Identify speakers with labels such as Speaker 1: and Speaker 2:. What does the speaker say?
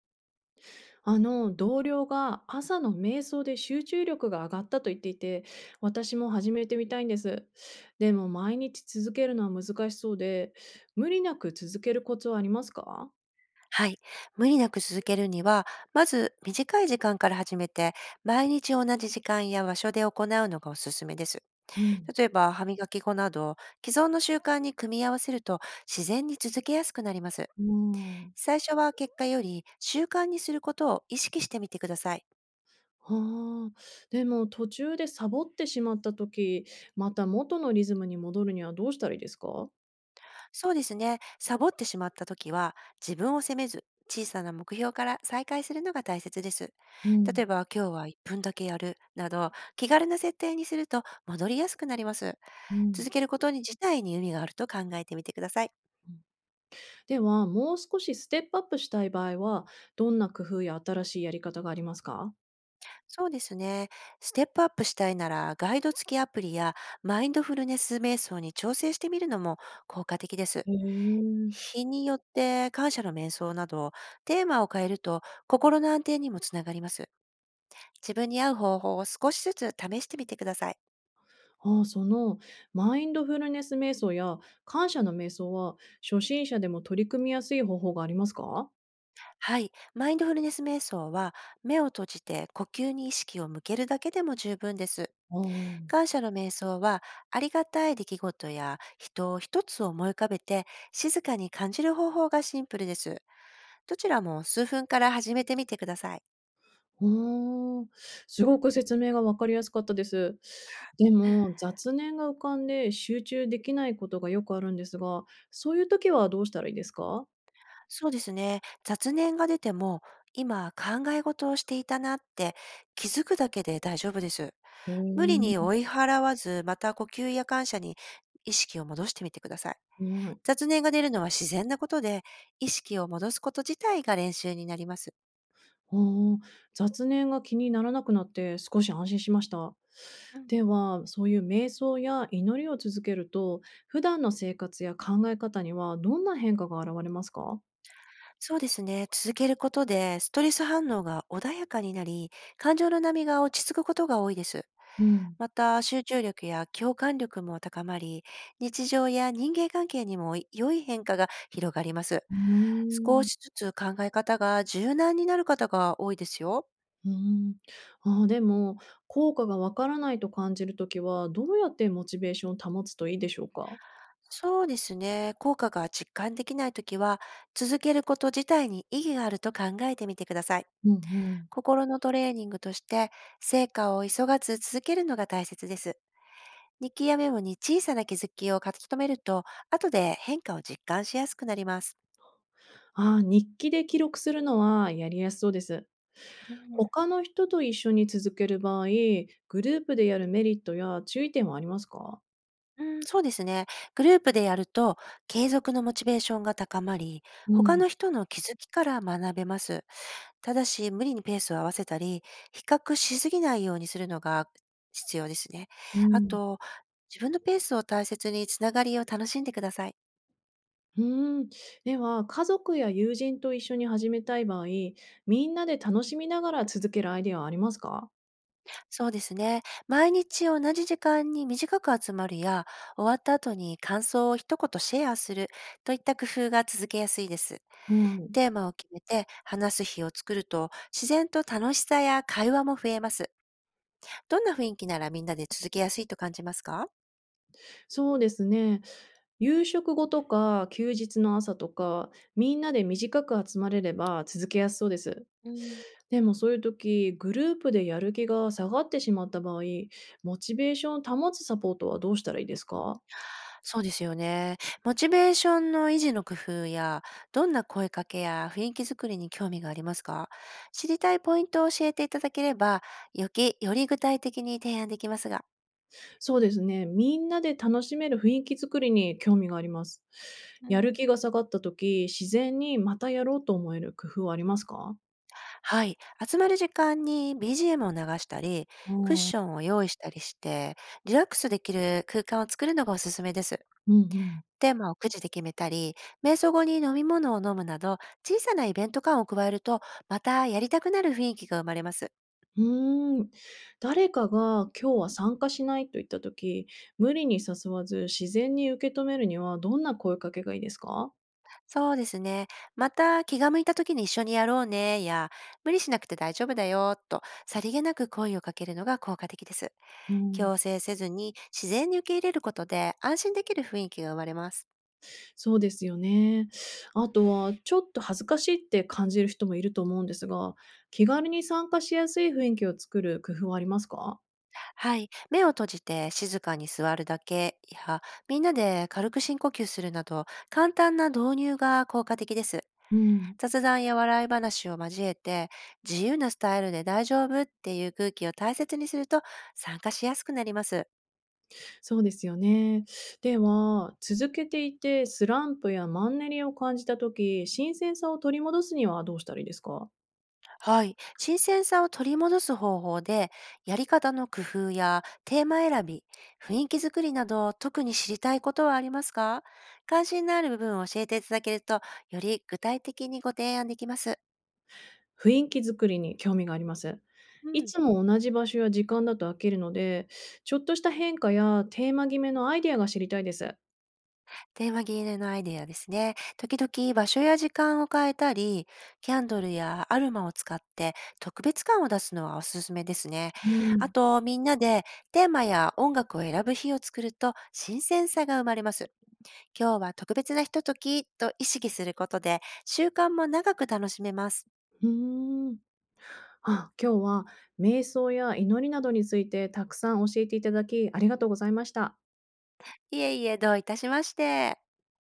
Speaker 1: あの同僚が朝の瞑想で集中力が上がったと言っていて、私も始めてみたいんです。でも毎日続けるのは難しそうで、無理なく続けるコツはありますか？
Speaker 2: はい。無理なく続けるには、まず短い時間から始めて、毎日同じ時間や場所で行うのがおすすめです。
Speaker 1: うん。
Speaker 2: 例えば、歯磨き粉など、既存の習慣に組み合わせると、自然に続けやすくなります。
Speaker 1: うん。
Speaker 2: 最初は結果より習慣にすることを意識してみてください。
Speaker 1: はあ。でも途中でサボってしまった時、また元のリズムに戻るにはどうしたらいいですか？
Speaker 2: そうですね。サボってしまった時は、自分を責めず、小さな目標から再開するのが大切です。
Speaker 1: うん。
Speaker 2: 例えば、今日は1分だけやるなど、気軽な設定にすると戻りやすくなります。
Speaker 1: うん。
Speaker 2: 続けることに自体に意味があると考えてみてください。
Speaker 1: ではもう少しステップアップしたい場合は、どんな工夫や新しいやり方がありますか？
Speaker 2: そうですね。ステップアップしたいなら、ガイド付きアプリやマインドフルネス瞑想に調整してみるのも効果的です。
Speaker 1: へえ。
Speaker 2: 日によって感謝の瞑想など、テーマを変えると心の安定にもつながります。自分に合う方法を少しずつ試してみてください。
Speaker 1: ああ、その、マインドフルネス瞑想や感謝の瞑想は初心者でも取り組みやすい方法がありますか？
Speaker 2: はい。マインドフルネス瞑想は、目を閉じて呼吸に意識を向けるだけでも十分です。
Speaker 1: あーあ、
Speaker 2: 感謝の瞑想は、ありがたい出来事や人を一つ思い浮かべて、静かに感じる方法がシンプルです。どちらも数分から始めてみてください。
Speaker 1: うーん、すごく説明がわかりやすかったです。でも雑念が浮かんで集中できないことがよくあるんですが、そういう時はどうしたらいいですか？
Speaker 2: そうですね。雑念が出ても、今考え事をしていたなって気づくだけで大丈夫です。
Speaker 1: へ
Speaker 2: 無理に
Speaker 1: え、
Speaker 2: 追い払わず、また呼吸や感謝に意識を戻してみてください。
Speaker 1: はい。
Speaker 2: 雑念が出るのは自然なことで、意識を戻すこと自体が練習になります。
Speaker 1: あー、雑念が気にならなくなって少し安心しました。
Speaker 2: うん、
Speaker 1: では、そういう瞑想や祈りを続けると、普段の生活や考え方にはどんな変化が現れますか？
Speaker 2: そうですね。続けることで、ストレス反応が穏やかになり、感情の波が落ち着くことが多いです。
Speaker 1: うん。
Speaker 2: また、集中力や共感力も高まり、日常や人間関係にも良い変化が広がります。
Speaker 1: う
Speaker 2: 少
Speaker 1: ー
Speaker 2: し
Speaker 1: ん。
Speaker 2: ずつ考え方が柔軟になる方が多いですよ。
Speaker 1: うーん。ああ、でも、効果がわからないと感じるときは、どうやってモチベーションを保つといいでしょうか？
Speaker 2: そうですね。効果が実感できないときは、続けること自体に意義があると考えてみてください。
Speaker 1: うん。うん。
Speaker 2: 心のトレーニングとして、成果を急がず続けるのが大切です。日記やメモに小さな気づきを書き留めると、後で変化を実感しやすくなります。
Speaker 1: ああ、日記で記録するのはやりやすそうです。
Speaker 2: う
Speaker 1: 他の人と一緒に続ける場合、グループでやるメリットや注意点はありますか？
Speaker 2: そうですね。グループでやると、継続のモチベーションが高まり、
Speaker 1: う
Speaker 2: 他
Speaker 1: ん、
Speaker 2: の人の気づきから学べます。ただし、無理にペースを合わせたり、比較しすぎないようにするのが必要ですね。
Speaker 1: う
Speaker 2: あ
Speaker 1: ん、
Speaker 2: と、自分のペースを大切につながりを楽しんでください。
Speaker 1: うーん。では、家族や友人と一緒に始めたい場合、みんなで楽しみながら続けるアイデアはありますか？
Speaker 2: そうですね。毎日同じ時間に短く集まるや、終わった後に感想を一言シェアするといった工夫が続けやすいです。
Speaker 1: うん。
Speaker 2: テーマを決めて話す日を作ると、自然と楽しさや会話も増えます。どんな雰囲気ならみんなで続けやすいと感じますか？
Speaker 1: そうですね。夕食後とか休日の朝とか、みんなで短く集まれれば続けやすそうです。
Speaker 2: うん、
Speaker 1: でもそういう時、グループでやる気が下がってしまった場合、モチベーションを保つサポートはどうしたらいいですか？
Speaker 2: そうですよね。モチベーションの維持の工夫や、どんな声かけや雰囲気作りに興味がありますか？知りたいポイントを教えていただければ、より具体的に提案できますが。
Speaker 1: そうですね。みんなで楽しめる雰囲気作りに興味があります。
Speaker 2: う
Speaker 1: やる
Speaker 2: ん。
Speaker 1: 気が下がった時、自然にまたやろうと思える工夫はありますか？
Speaker 2: はい。集まる時間に BGM を流したり、クッ
Speaker 1: あ
Speaker 2: ショ
Speaker 1: あ。
Speaker 2: ンを用意したりして、リラックスできる空間を作るのがおすすめです。
Speaker 1: うんうん。
Speaker 2: テーマをくじで決めたり、瞑想後に飲み物を飲むなど、小さなイベント感を加えると、またやりたくなる雰囲気が生まれます。
Speaker 1: うーん。誰かが今日は参加しないと言った時、無理に誘わず自然に受け止めるにはどんな声かけがいいですか？
Speaker 2: そうですね。また気が向いた時に一緒にやろうね、や、無理しなくて大丈夫だよ、と、さりげなく声をかけるのが効果的です。
Speaker 1: うん、
Speaker 2: 強制せずに自然に受け入れることで安心できる雰囲気が生まれます。
Speaker 1: そうですよね。あとは、ちょっと恥ずかしいって感じる人もいると思うんですが、気軽に参加しやすい雰囲気を作る工夫はありますか？
Speaker 2: はい。目を閉じて静かに座るだけや、みんなで軽く深呼吸するなど、簡単な導入が効果的です。
Speaker 1: うん、
Speaker 2: 雑談や笑い話を交えて、自由なスタイルで大丈夫っていう空気を大切にすると参加しやすくなります。
Speaker 1: そうですよね。では、続けていてスランプやマンネリを感じた時、新鮮さを取り戻すにはどうしたらいいですか？
Speaker 2: はい。新鮮さを取り戻す方法で、やり方の工夫やテーマ選び、雰囲気作りなど、特に知りたいことはありますか？関心のある部分を教えていただけると、より具体的にご提案できます。
Speaker 1: 雰囲気作りに興味があります。
Speaker 2: う
Speaker 1: い
Speaker 2: ん。
Speaker 1: つも同じ場所や時間だと飽きるので、ちょっとした変化やテーマ決めのアイデアが知りたいです。
Speaker 2: テーマ切れのアイデアですね。時々場所や時間を変えたり、キャンドルやアルマを使って特別感を出すのはおすすめですね。
Speaker 1: う
Speaker 2: あ
Speaker 1: ん。
Speaker 2: と、みんなでテーマや音楽を選ぶ日を作ると新鮮さが生まれます。今日は特別なひとときと意識することで習慣も長く楽しめます。
Speaker 1: うーん。あ、今日は瞑想や祈りなどについてたくさん教えていただき、ありがとうございました。
Speaker 2: いえいえ、どういたしまして。